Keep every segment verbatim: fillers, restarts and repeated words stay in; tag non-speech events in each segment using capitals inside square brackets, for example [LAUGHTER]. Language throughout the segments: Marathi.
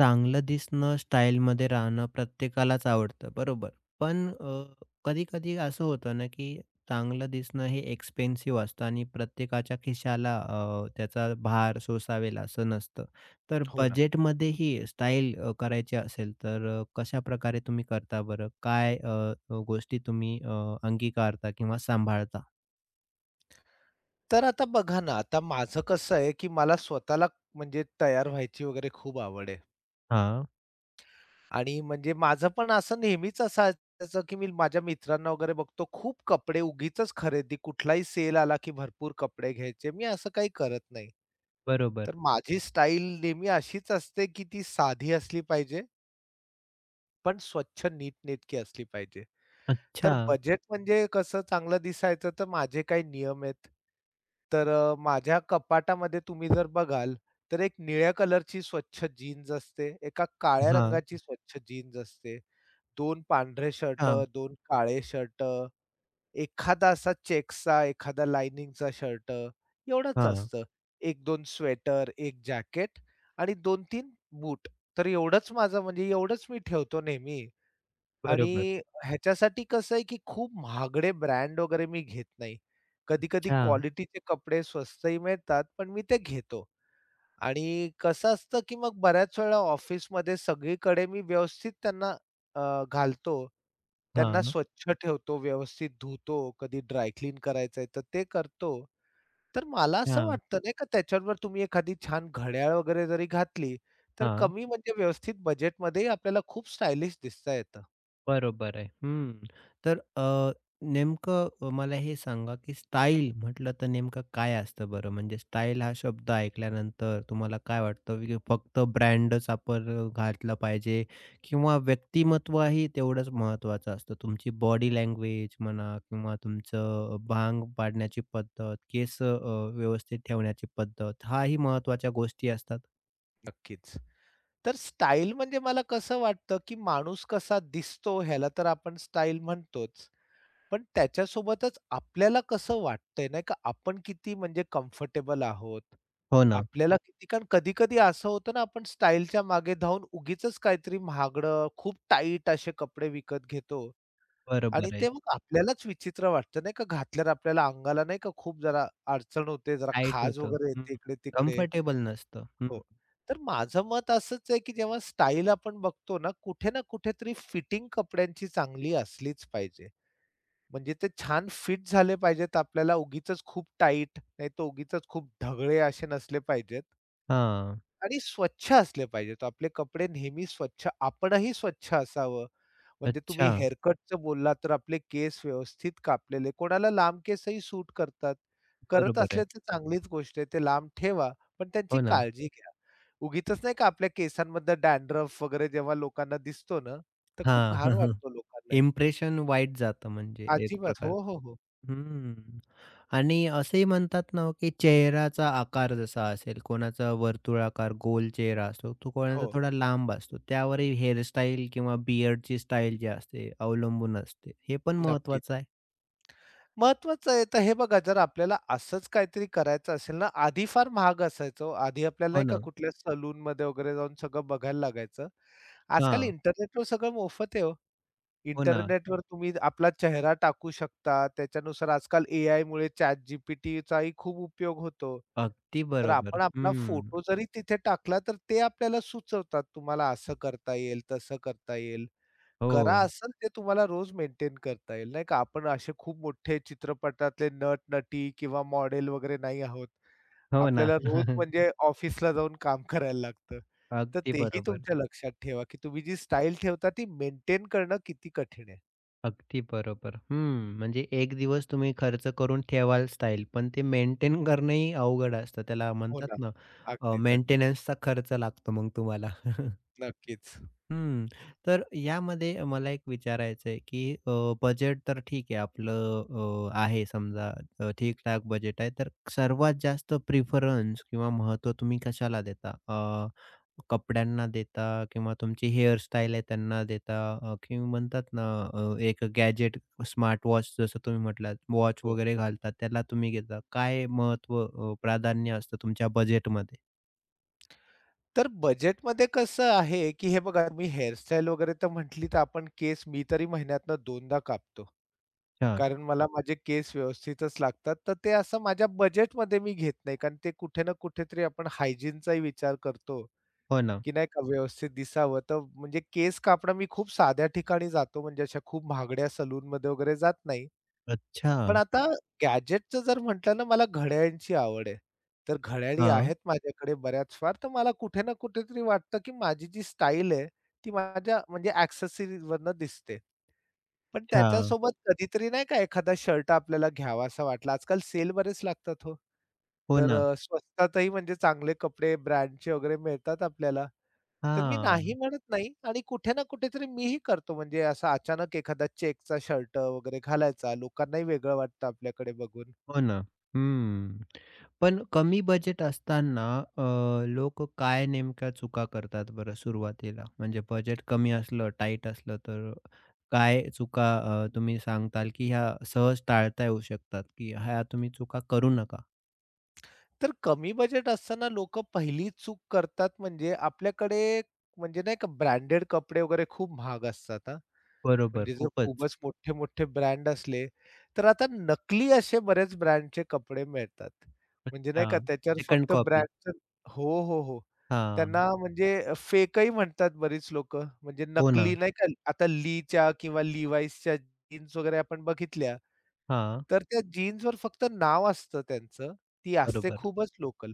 चांगलं दिसणं, स्टाईलमध्ये राहणं प्रत्येकालाच आवडतं, बरोबर. पण अ, कधी-कधी असं होतं ना, की चांगलं दिसणं हे एक्सपेन्सिव्ह असतं आणि प्रत्येकाच्या खिशाला अ, त्याचा भार सोसावेल असं नसतं. तर हो ना. बजेटमध्येही स्टाईल अ, करायची असेल तर अ, कशाप्रकारे तुम्ही करता बरं? काय अ, गोष्टी तुम्ही अ, अंगीकारता किंवा सांभाळता? तर आता बघा ना, आता माझं कसं आहे, की मला स्वतःला म्हणजे तयार व्हायची वगैरे खूप आवड आहे. हां, आणि म्हणजे माझं पण असं नेहमीच असायचं, की मी माझ्या मित्रांना वगैरे बघतो खूप कपडे उगीचच खरेदी कुठलाही सेल आला, की भरपूर कपडे घ्यायचे. मी असं काही करत नाही. बरोबर. तर माझी स्टाईल नेहमी अशीच असते, की ती साधी असली पाहिजे पण स्वच्छ नीटनेटकी असली पाहिजे. अच्छा. तर बजेट म्हणजे कसं चांगलं दिसायचं तर माझे काही नियम आहेत. तर अ, माझ्या कपाटामध्ये तुम्ही जर बघाल, तर एक निळ्या कलरची स्वच्छ जीन्स असते, एका काळ्या हां, रंगाची स्वच्छ जीन्स असते, दोन पांढरे शर्ट, हां, दोन काळे शर्ट, एखादा असा चेक्सचा, एखादा लाइनिंगचा शर्ट एवढंच हां. असतं. एक-दोन स्वेटर, एक जॅकेट आणि दोन-तीन बूट. तर एवढंच माझं म्हणजे एवढंच मी ठेवतो नेहमी. बरोबर. आणि ह्याच्यासाठी कसं आहे, की खूप महागडे ब्रँड वगैरे मी घेत नाही. कधी-कधी अच्छा. क्वालिटीचे कपडे स्वस्तही मिळतात, पण मी ते घेतो. आणि कसं असतं, की मग बऱ्याच वेळा ऑफिसमध्ये सगळीकडे मी व्यवस्थित त्यांना अ, घालतो. त्यांना हां, स्वच्छ ठेवतो, व्यवस्थित धुतो, कधी ड्राय करायचंय तर ते करतो. तर मला असं हां, वाटतं नाही का त्याच्यावर तुम्ही एखादी छान घड्याळ वगैरे जरी घातली, तर हां. कमी म्हणजे व्यवस्थित बजेटमध्येही आपल्याला खूप स्टायलिश दिसता येतं. बरोबर आहे. हं. तर अ, नेमकं अ, मला हे सांगा, की स्टाईल म्हटलं तर नेमकं काय असतं बरं? म्हणजे स्टाईल हा शब्द ऐकल्यानंतर तुम्हाला काय वाटतं, की फक्त ब्रँडच आपण अ, घातला पाहिजे किंवा व्यक्तिमत्वही तेवढंच महत्त्वाचं असतं? तुमची बॉडी लँग्वेज म्हणा किंवा तुमचं भांग पाडण्याची पद्धत, केस अ, व्यवस्थित ठेवण्याची पद्धत, हाही महत्त्वाच्या गोष्टी असतात. नक्कीच. तर स्टाईल म्हणजे मला कसं वाटतं, की माणूस कसा दिसतो ह्याला तर आपण स्टाईल म्हणतोच. पण त्याच्यासोबतच आपल्याला कसं वाटतंय नाही का, आपण किती म्हणजे कम्फर्टेबल आहोत. हो ना. आपल्याला किती कारण कधी-कधी असं होतं ना, आपण स्टाईलच्या मागे धावून उगीचच काहीतरी महागडं, खूप टाईट असे कपडे विकत घेतो आणि बरोबर आहे. ते मग आपल्यालाच विचित्र वाटतं नाही का, घातल्यावर आपल्याला अंगाला नाही का खूप जरा अडचण होते, जरा टाईट खाज होतं. वगैरे येते इकडे-तिकडे. कम्फर्टेबल नसतं. हो. तर माझं मत असंच आहे, की जेव्हा स्टाईल आपण बघतो ना, कुठे ना कुठेतरी फिटिंग कपड्यांची चांगली असलीच पाहिजे. म्हणजे ते छान फिट झाले पाहिजेत आपल्याला, उगीचच खूप टाईट, नाहीतर उगीचच खूप ढगळे असे नसले पाहिजेत. हां. आणि स्वच्छ असले पाहिजेत. आपले कपडे नेहमी स्वच्छ आपणही स्वच्छ असावं. म्हणजे तुम्ही अच्छा. हेअर कटचं बोललात, तर आपले केस व्यवस्थित कापलेले कोणाला लांब केसही सूट करतात. करत बरोबर आहे. असले तर चांगलीच गोष्ट आहे. ते लांब ठेवा, पण त्यांची हो ना. काळजी घ्या. उगीचच नाही का आपल्या केसांमधला डॅन्ड्रफ वगैरे जेव्हा लोकांना दिसतो ना, तर खूप हां. घाण [LAUGHS] वाटतो लोकांनाही. इम्प्रेशन वाईट जातं म्हणजे एक अजिबात. हो, प्रकारचं. हो, हो. हं. आणि असंही म्हणतात ना, हो, की चेहऱ्याचा आकार जसा असेल, कोणाचा वर्तुळाकार गोल चेहरा असतो, तो कोणाचा हो, थोडा लांब असतो. त्यावरही हेअरस्टाईल किंवा बियर्डची स्टाईल जी असते अवलंबून असते. हे पण नक्कीच. महत्त्वाचं आहे. महत्वाचं आहे. तर हे बघा जर आपल्याला असंच काहीतरी करायचं असेल ना, आधी फार महाग असायचं हो. आधी आपल्याला हो नाही का ना. कुठल्या सलूनमध्ये वगैरे जाऊन सगळं बघायला लागायचं. आजकाल हां. इंटरनेटवर सगळं मोफत आहे हो. हो ना. इंटरनेटवर तुम्ही आपला चेहरा टाकू शकता. त्याच्यानुसार आजकाल एआयमुळे ChatGPTचाही खूप उपयोग होतो. अगदी तर आपण बरोबर. आपला हं. फोटो जरी तिथे टाकला, तर ते आपल्याला सुचवतात, तुम्हाला असं करता येईल, तसं करता येईल. करा हो. असंल ते तुम्हाला रोज मेंटेन करता येईल, नाही का. आपण असे खूप मोठे चित्रपटातले नट-नटी किंवा मॉडेल वगैरे नाही आहोत. हो ना. आपल्याला रोज [LAUGHS] म्हणजे ऑफिसला जाऊन काम करायला लागतं. तर अगदी तेही बरोबर. तुमच्या लक्षात ठेवा, की तुम्ही जी स्टाईल ठेवता ती मेंटेन करणं किती कठीण आहे. अगदी बरोबर. हं, म्हणजे एक दिवस तुम्ही खर्च करून ठेवालच स्टाईल, पण ते मेंटेन करणंही अवघड असतं. त्याला हो ना. म्हणतात ना, अ, अगदीच, अगदीच. मेंटेनन्सचा खर्च लागतो मग तुम्हाला. [LAUGHS] नक्कीच. हं. तर यामध्ये मला एक विचारायचं आहे, की अ, बजेट तर ठीक आहे आपलं अ, आहे समजा अ, ठीक-ठाक बजेट आहे. तर सर्वात जास्त प्रिफरन्स किंवा महत्त्व तुम्ही कशाला देता? अ, कपड्यांना देता किंवा तुमची हेअरस्टाईल आहे त्यांना देता अ, किंवा म्हणतात ना अ, एक गॅजेट स्मार्ट वॉच जसं तुम्ही म्हटलात, वॉच हो. वगैरे घालतात त्याला तुम्ही घेता. काय महत्त्व अ, प्राधान्य असतं तुमच्या बजेटमध्ये? तर बजेटमध्ये कसं आहे, की हे बघा तुम्ही हेअरस्टाईल वगैरे तर म्हटली तर आपण केस मी तरी दोनदा कापतो. अच्छा. कारण मला माझे केस व्यवस्थितच लागतात. तर ते असं माझ्या बजेटमध्ये मी घेत नाही. कारण ते कुठे ना कुठेतरी आपण हायजीनचाही विचार करतो, हो ना. की नाही का व्यवस्थित दिसावं. तर म्हणजे केस कापणं मी खूप साध्या ठिकाणी जातो म्हणजे अशा खूप महागड्या सलूनमध्ये वगैरे जात नाही. अच्छा. पण आता गॅजेटचं जर म्हटलं ना, मला घड्याळांची आवड आहे. तर घड्याळी हां. आहेत माझ्याकडे बऱ्याच फार. तर मला कुठे ना कुठेतरी वाटतं, की माझी जी स्टाईल आहे, ती माझ्या म्हणजे एक्सेसरीजवरनं दिसते. पण अच्छा. त्याच्यासोबत कधीतरी नाही का एखादा शर्ट आपल्याला घ्यावासा वाटला. आजकाल सेल बरेच लागतात हो. हो तर ना. अ, स्वस्तातही म्हणजे चांगले कपडे ब्रँडचे वगैरे मिळतात आपल्याला. तर मी हां, नाही म्हणत नाही आणि कुठे ना कुठेतरी मीही करतो. म्हणजे असा अचानक एखादा चेकचा शर्ट वगैरे घालायचा. लोकांनाही वेगळं वाटतं आपल्याकडे बघून. हो ना. हं. पण कमी बजेट असताना अ, लोकं काय नेमक्या चुका करतात बरं सुरुवातीला? म्हणजे बजेट कमी असलं, टाईट असलं तर काय चुका अ, तुम्ही सांगताल, की ह्या सहज टाळता येऊ शकतात, की ह्या तुम्ही चुका करू नका? तर कमी बजेट असताना लोकं पहिली चूक करतात म्हणजे आपल्याकडे म्हणजे नाही का ब्रँडेड कपडे वगैरे खूप महाग असतात बरोबर, म्हणजे जर खूपच. खूपच मोठे-मोठे ब्रँड असले, तर आता नकली असे बरेच ब्रँडचे कपडे मिळतात. म्हणजे नाही अच्छा, का त्याच्यावर सेकंड फक्त कॉपी. ब्रँडचं हो, हो, हो. हां, त्यांना म्हणजे फेकही म्हणतात बरीच लोकं. म्हणजे हो ना. नकली नाही का आता Leeच्या किंवा Levi'sच्या जीन्स वगैरे आपण बघितल्या, हां, तर त्या जीन्सवर फक्त नाव असतं त्यांचं. ती असते बरोबर. खूपच लोकल.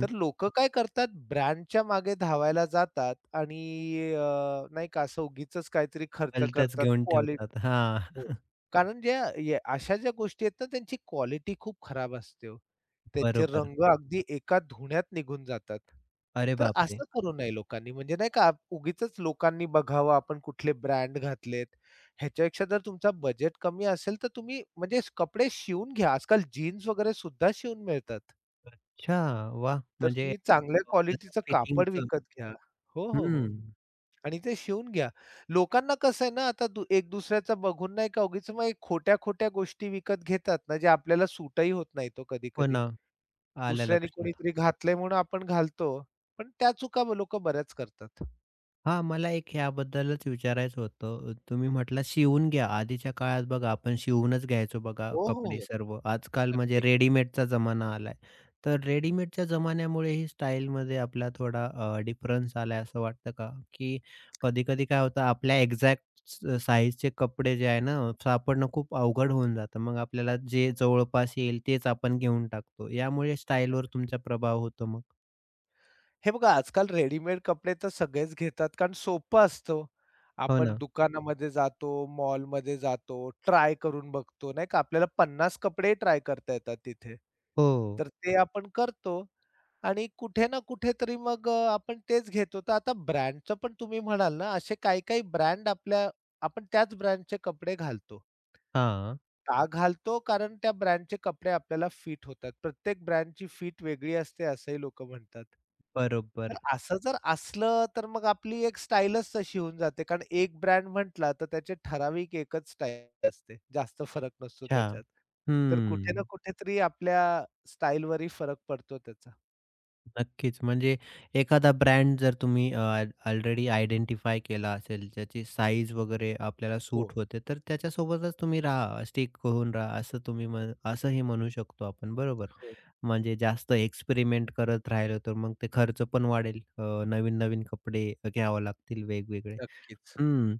हं, तर लोकं काय करतात ब्रँडच्या मागे धावायला जातात आणि अ, नाही का असं उगीचच काहीतरी खर्च भलत्याच करतात घेऊन क्वालि ठेवतात. हां, हो. कारण ज्या या अशा ज्या गोष्टी आहेत ना, त्यांची क्वालिटी खूप खराब असते हो. त्यांचे बरोबर. रंग अगदी एका धुण्यात निघून जातात. अरे तर बापरे! असं करू नये लोकांनी. म्हणजे नाही का उगीचच लोकांनी बघावं आपण कुठले ब्रँड घातलेत. ह्याच्यापेक्षा जर तुमचा बजेट कमी असेल, तर तुम्ही म्हणजे कपडे शिवून घ्या. आजकाल जीन्स वगैरे सुद्धा शिवून मिळतात. अच्छा, वाह! तर म्हणजे तुम्ही चांगल्या क्वालिटीचं कापड जसं विकत घ्या. हो, हो, हो. हं. आणि ते शिवून घ्या. लोकांना कसं आहे ना, आता दु एक दुसऱ्याचा बघून नाही का उगीच मग खोट्या-खोट्या गोष्टी विकत घेतात ना, जे आपल्याला सूटही होत नाहीत ओ हो कधी-कधी. ना, आलं दुसऱ्याने लक्षात. कोणीतरी घातलंय म्हणून आपण घालतो. पण त्या चुका लोकं बऱ्याच करतात. हां, मला एक ह्याबद्दलच विचारायचं होतं. तुम्ही म्हटलात शिवून घ्या. आधीच्या काळात बघा आपण शिवूनच घ्यायचो बघा हो, हो, कपडे हो. सर्व. आजकाल म्हणजे नक्की. रेडीमेडचा जमाना आलाय. तर रेडीमेडच्या जमान्यामुळेही स्टाईलमध्ये आपला थोडा अ, डिफरन्स आलाय असं वाटतं का? की कधी-कधी काय होतं आपल्या एक्झॅक्ट साईजचे कपडे जे आहे ना, सापडणं खूप अवघड होऊन जातं. मग आपल्याला जे जवळपास येईल तेच आपण घेऊन टाकतो. यामुळे स्टाईलवर तुमचा प्रभाव होतो मग? हे बघा आजकाल रेडीमेड कपडे तर सगळेच घेतात कारण सोपं असतं. हो आपण हं. ना. दुकानामध्ये जातो, मॉलमध्ये जातो, ट्राय करून बघतो नाही का. आपल्याला पन्नास कपडे ट्राय करता येतात तिथे. हो. तर ते आपण करतो आणि कुठे ना कुठेतरी मग अ, आपण तेच घेतो. तर आता ब्रँडचं पण तुम्ही म्हणाल ना, असे काही काही ब्रँड आपल्या आपण त्याच ब्रँडचे कपडे घालतो. हां. का घालतो? कारण त्या ब्रँडचे कपडे आपल्याला फिट होतात. प्रत्येक ब्रँडची फिट वेगळी असते असंही लोकं म्हणतात. तर बरोबर. असं जर असलं, तर मग आपली एक स्टाईलच तशी होऊन जाते. कारण एक ब्रँड म्हटला, तर त्याचे ठराविक एकच स्टाईल असते. जास्त फरक नसतो अच्छा. त्याच्यात. तर कुठे ना हं. कुठेतरी आपल्या स्टाईलवरही फरक पडतो त्याचा. नक्कीच. म्हणजे एखादा ब्रँड जर तुम्ही अ, ऑलरेडी आयडेंटिफाय केला असेल, ज्याची साईज वगैरे आपल्याला हो, सूट होते, तर त्याच्यासोबतच तुम्ही राहा, स्टिक होऊन राहा, असं तुम्ही म्हण असंही म्हणू शकतो आपण, बरोबर? हो. म्हणजे जास्त एक्सपेरिमेंट करत राहिलं, तर मग ते खर्च पण वाढेल. अ, नवीन-नवीन कपडे घ्यावे लागतील वेगवेगळे. नक्कीच. हं.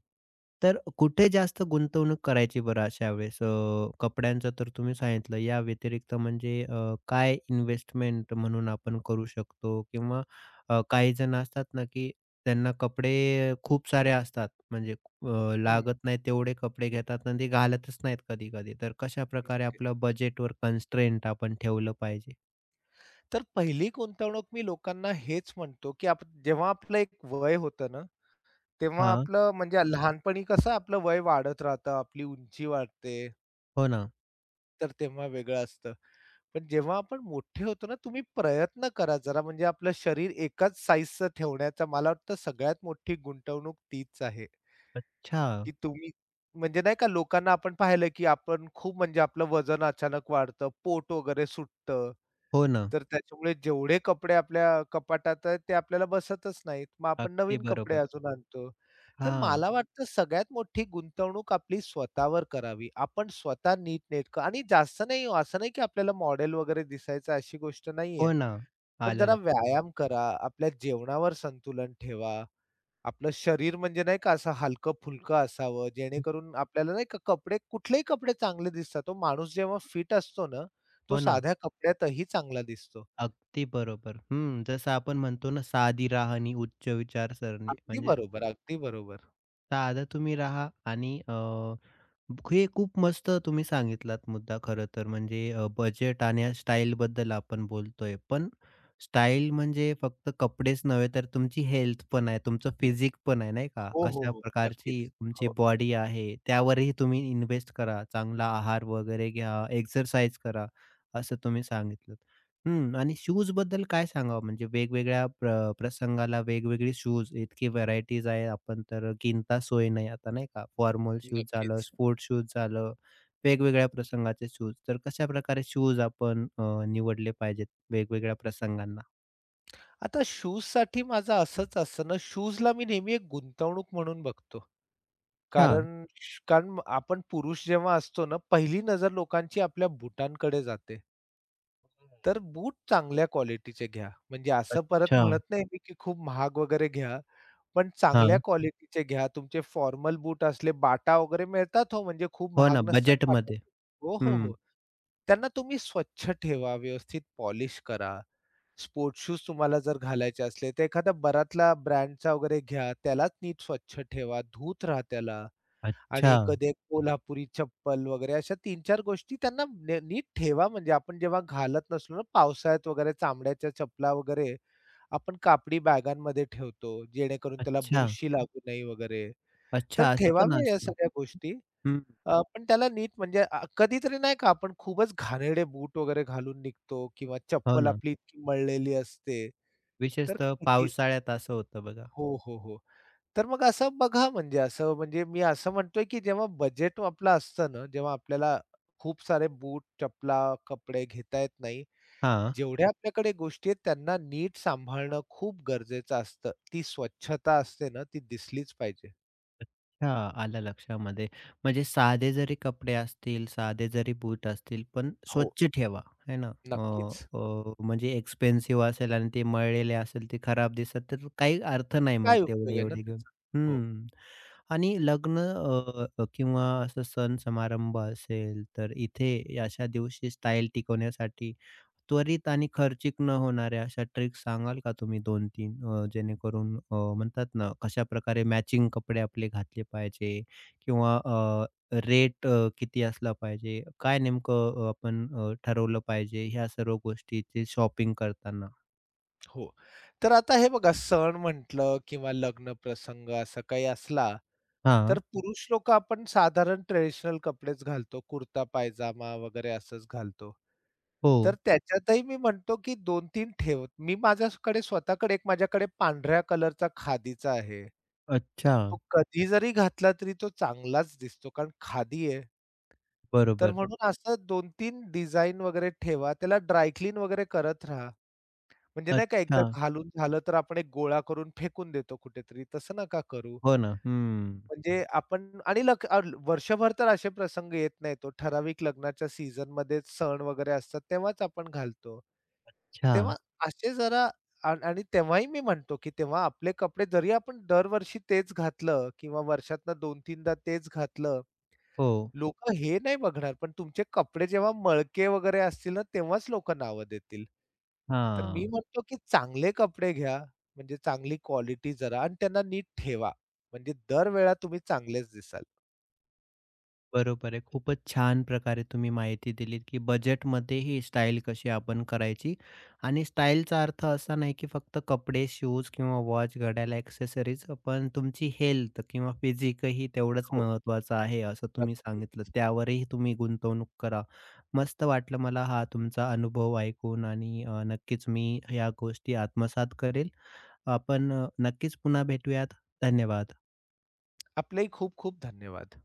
तर कुठे जास्त गुंतवणूक करायची बरं अशा वेळेस? अ, कपड्यांचं तर तुम्ही सांगितलं. या व्यतिरिक्त म्हणजे अ, काय इन्व्हेस्टमेंट म्हणून आपण करू शकतो? किंवा अ, काही जण असतात ना, की त्यांना कपडे खूप सारे असतात. म्हणजे अ, हं, लागत नाही तेवढे कपडे घेतात आणि ते घालतच नाहीत कधी-कधी. तर कशाप्रकारे नक्कीच. आपलं बजेटवर कन्स्ट्रेंट आपण ठेवलं पाहिजे? तर पहिली गुंतवणूक मी लोकांना हेच म्हणतो, की आप जेव्हा आपलं एक वय होतं ना तेव्हा हां. आपलं म्हणजे लहानपणी कसं आपलं वय वाढत राहतं, आपली उंची वाढते, हो ना. तर तेव्हा वेगळं असतं. पण जेव्हा आपण मोठे होतो ना, तुम्ही प्रयत्न करा जरा म्हणजे आपलं शरीर एकाच साइझचं ठेवण्याचा मला वाटतं सगळ्यात मोठी गुंतवणूक तीच आहे. अच्छा. की तुम्ही म्हणजे नाही का लोकांना आपण पाहिलं, की आपण खूप म्हणजे आपलं वजन अचानक वाढतं, पोट वगैरे सुटतं. हो ना. तर त्याच्यामुळे जेवढे कपडे आपल्या कपाटात आहेत, ते आपल्याला बसतच नाहीत. मग आपण अगदी नवीन कपडे बरोबर. अजून आणतो. तर हां. मला वाटतं सगळ्यात मोठी गुंतवणूक आपली स्वतःवर करावी. आपण स्वतः नीटनेटकं आणि जास्त नाही हो, असं नाही की आपल्याला मॉडेल वगैरे दिसायचं अशी गोष्ट नाहीये. हो ना. पण आलं जरा लक्षात. व्यायाम करा, आपल्या जेवणावर संतुलन ठेवा. आपलं शरीर म्हणजे नाही का असं हलकं-फुलकं असावं, जेणेकरून आपल्याला नाही का कपडे कुठलेही कपडे चांगले दिसतात तो माणूस जेव्हा फिट असतो ना, तो हो ना. साध्या कपड्यातही चांगला दिसतो. अगदी बरोबर. हं, जसं आपण म्हणतो ना, साधी राहणी उच्च विचारसरणी. अगदी म्हणजे बरोबर, अगदी बरोबर. साधा तुम्ही राहा आणि अ, हे खूप मस्त तुम्ही सांगितलात मुद्दा खरं तर. म्हणजे अ, बजेट आणि स्टाईलबद्दल आपण बोलतोय. पण स्टाईल म्हणजे फक्त कपडेच नव्हे, तर तुमची हेल्थ पण आहे, तुमचं फिजिक पण आहे, नाही का? हो, हो, कशा हो. प्रकारची नक्कीच. तुमची हो, बॉडी आहे, त्यावरही तुम्ही इन्व्हेस्ट करा. चांगला आहार वगैरे घ्या, एक्सरसाइज करा, असं तुम्ही सांगितलं. हं. आणि शूजबद्दल काय सांगावं? म्हणजे वेगवेगळ्या प्र प्रसंगाला वेगवेगळे शूज, इतकी व्हरायटीज आहे. आपण तर किंता सोय नाही आता, नाही का? फॉर्मल शूज झालं, नक्कीच. स्पोर्ट्स शूज झालं, वेगवेगळ्या प्रसंगाचे शूज. तर कशाप्रकारे शूज आपण अ, निवडले पाहिजेत वेगवेगळ्या प्रसंगांना? आता शूजसाठी माझं असंच असतं ना, शूजला मी नेहमी एक गुंतवणूक म्हणून बघतो. अच्छा. कारण श- कारण आपण पुरुष जेव्हा असतो ना, पहिली नजर लोकांची आपल्या बुटांकडे जाते. तर बूट चांगल्या क्वालिटीचे घ्या. म्हणजे असं परत अच्छा. म्हणत नाही मी, की खूप महाग वगैरे घ्या. पण चांगल्या हां. क्वालिटीचे घ्या. तुमचे फॉर्मल बूट असले बाटा वगैरे मिळतात हो, म्हणजे खूप हो ना, महाग नसतात बाटा बजेटमध्ये. हो, हो, हं. हो. त्यांना तुम्ही स्वच्छ ठेवा, व्यवस्थित पॉलिश करा. स्पोर्ट्स शूज तुम्हाला जर घालायचे असले, तर एखादा बरातला ब्रँडचा वगैरे घ्या. त्यालाच नीट स्वच्छ ठेवा, धूत राहा त्याला. अच्छा. आणि कधी एक कोल्हापुरी चप्पल वगैरे अशा तीन चार गोष्टी त्यांना न नीट ठेवा म्हणजे आपण जेव्हा घालत नसलो ना पावसाळ्यात वगैरे चामड्याच्या चपला वगैरे आपण कापडी बॅगांमध्ये ठेवतो, जेणेकरून त्याला अच्छा. बुरशी लागू नये वगैरे. तर अच्छा, असं पण ठेवाव्या या असतं. सगळ्या गोष्टी. हं. अ, पण त्याला नीट म्हणजे अ, कधीतरी नाही का आपण खूपच घाणेरडे बूट वगैरे घालून निघतो किंवा हो चप्पल ना. आपली इतकी मळलेली असते. तर विशेषतः किती पावसाळ्यात असं होतं बघा. हो, हो, हो. तर मग असं बघा म्हणजे असं म्हणजे मी असं म्हणतोय, की जेव्हा बजेट आपलं असतं ना, जेव्हा आपल्याला खूप सारे बूट, चपला, कपडे घेता येत नाही. हां. जेवढ्या आपल्याकडे गोष्टी आहेत त्यांना नीट सांभाळणं खूप गरजेचं असतं. ती स्वच्छता असते ना, ती दिसलीच पाहिजे. हां, आलं लक्षामध्ये. म्हणजे साधे जरी कपडे असतील, साधे जरी बूट असतील, पण हो. स्वच्छ ठेवा, है ना? अ, नक्कीच. अ, म्हणजे एक्सपेन्सिव्ह असेल आणि ते मळलेले असेल, ते खराब दिसत तर काही अर्थ नाही मग काय उपयोग तेवढे आहे ना एवढे घेऊन. त्याचा? हो. हं. आणि लग्न अ, अ, किंवा असं सण समारंभ असेल, तर इथे अशा दिवशी स्टाईल टिकवण्यासाठी त्वरित आणि खर्चिक न होणाऱ्या अशा ट्रिक्स सांगाल का तुम्ही दोन तीन अ, जेणेकरून अ, म्हणतात ना, कशा प्रकारे मॅचिंग कपडे आपले घातले पाहिजे किंवा अ, रेट अ, किती असला पाहिजे? काय नेमकं अ, आपण अ, ठरवलं पाहिजे ह्या सर्व गोष्टीची शॉपिंग करताना? हो. तर आता हे बघा सण म्हटलं किंवा लग्न प्रसंग असा काही असला, तर हां. पुरुष लोकं आपण साधारण ट्रेडिशनल कपडेच घालतो. कुर्ता पायजामा वगैरे असंच घालतो. हो. तर त्याच्यातही मी म्हणतो की दोन तीन ठेवत मी माझ्याकडे स्वतःकडे एक माझ्याकडे पांढऱ्या कलरचा खादीचा आहे. अच्छा. तो कधी जरी घातला तरी तो चांगलाच दिसतो कारण खादी आहे. तर बरोबर. म्हणून असं दोन-तीन डिझाइन वगैरे ठेवा. त्याला ड्राय वगैरे करत राहा. म्हणजे नाही का एकदा अच्छा. घालून झालं तर आपण एक गोळा करून फेकून देतो कुठेतरी, तसं नका करू. हो ना. हं. म्हणजे आपण आणि लक अ, वर्षभर तर असे प्रसंग येत नाहीत ओ. ठराविक लग्नाच्या सीझनमध्येच सण वगैरे असतात तेव्हाच आपण घालतो. अच्छा. तेव्हा असे जरा आ आणि तेव्हाही मी म्हणतो, की तेव्हा आपले कपडे जरी आपण दरवर्षी तेच घातलं किंवा वर्षातनं दोन-तीनदा तेच घातलं हो. लोकं हे नाही बघणार, पण तुमचे कपडे जेव्हा मळके वगैरे असतील ना, तेव्हाच लोकं नावं देतील. तर मी हां. म्हणतो, की चांगले कपडे घ्या, म्हणजे चांगली क्वालिटी जरा आणि त्यांना नीट ठेवा. म्हणजे दरवेळा तुम्ही चांगलेच दिसाल. बरोबर आहे. खूपच छान प्रकारे तुम्ही माहिती दिलीत, की बजेटमध्ये ही स्टाईल कशी आपण करायची आणि स्टाईलचा अर्थ असा नाही, की फक्त कपडे, शूज किंवा वॉच, घड्याळ, एक्सेसरीज पण तुमची हेल्थ किंवा फिजिकही तेवढंच हो, महत्त्वाचं आहे, असं तुम्ही नक्की. सांगितलं. त्यावरही तुम्ही गुंतवणूक करा. मस्त वाटलं मला हा तुमचा अनुभव ऐकून आणि अ, नक्कीच मी ह्या गोष्टी आत्मसात करेल. आपण अ, नक्कीच पुन्हा भेटूयात. धन्यवाद. आपलेही खूप खूप धन्यवाद.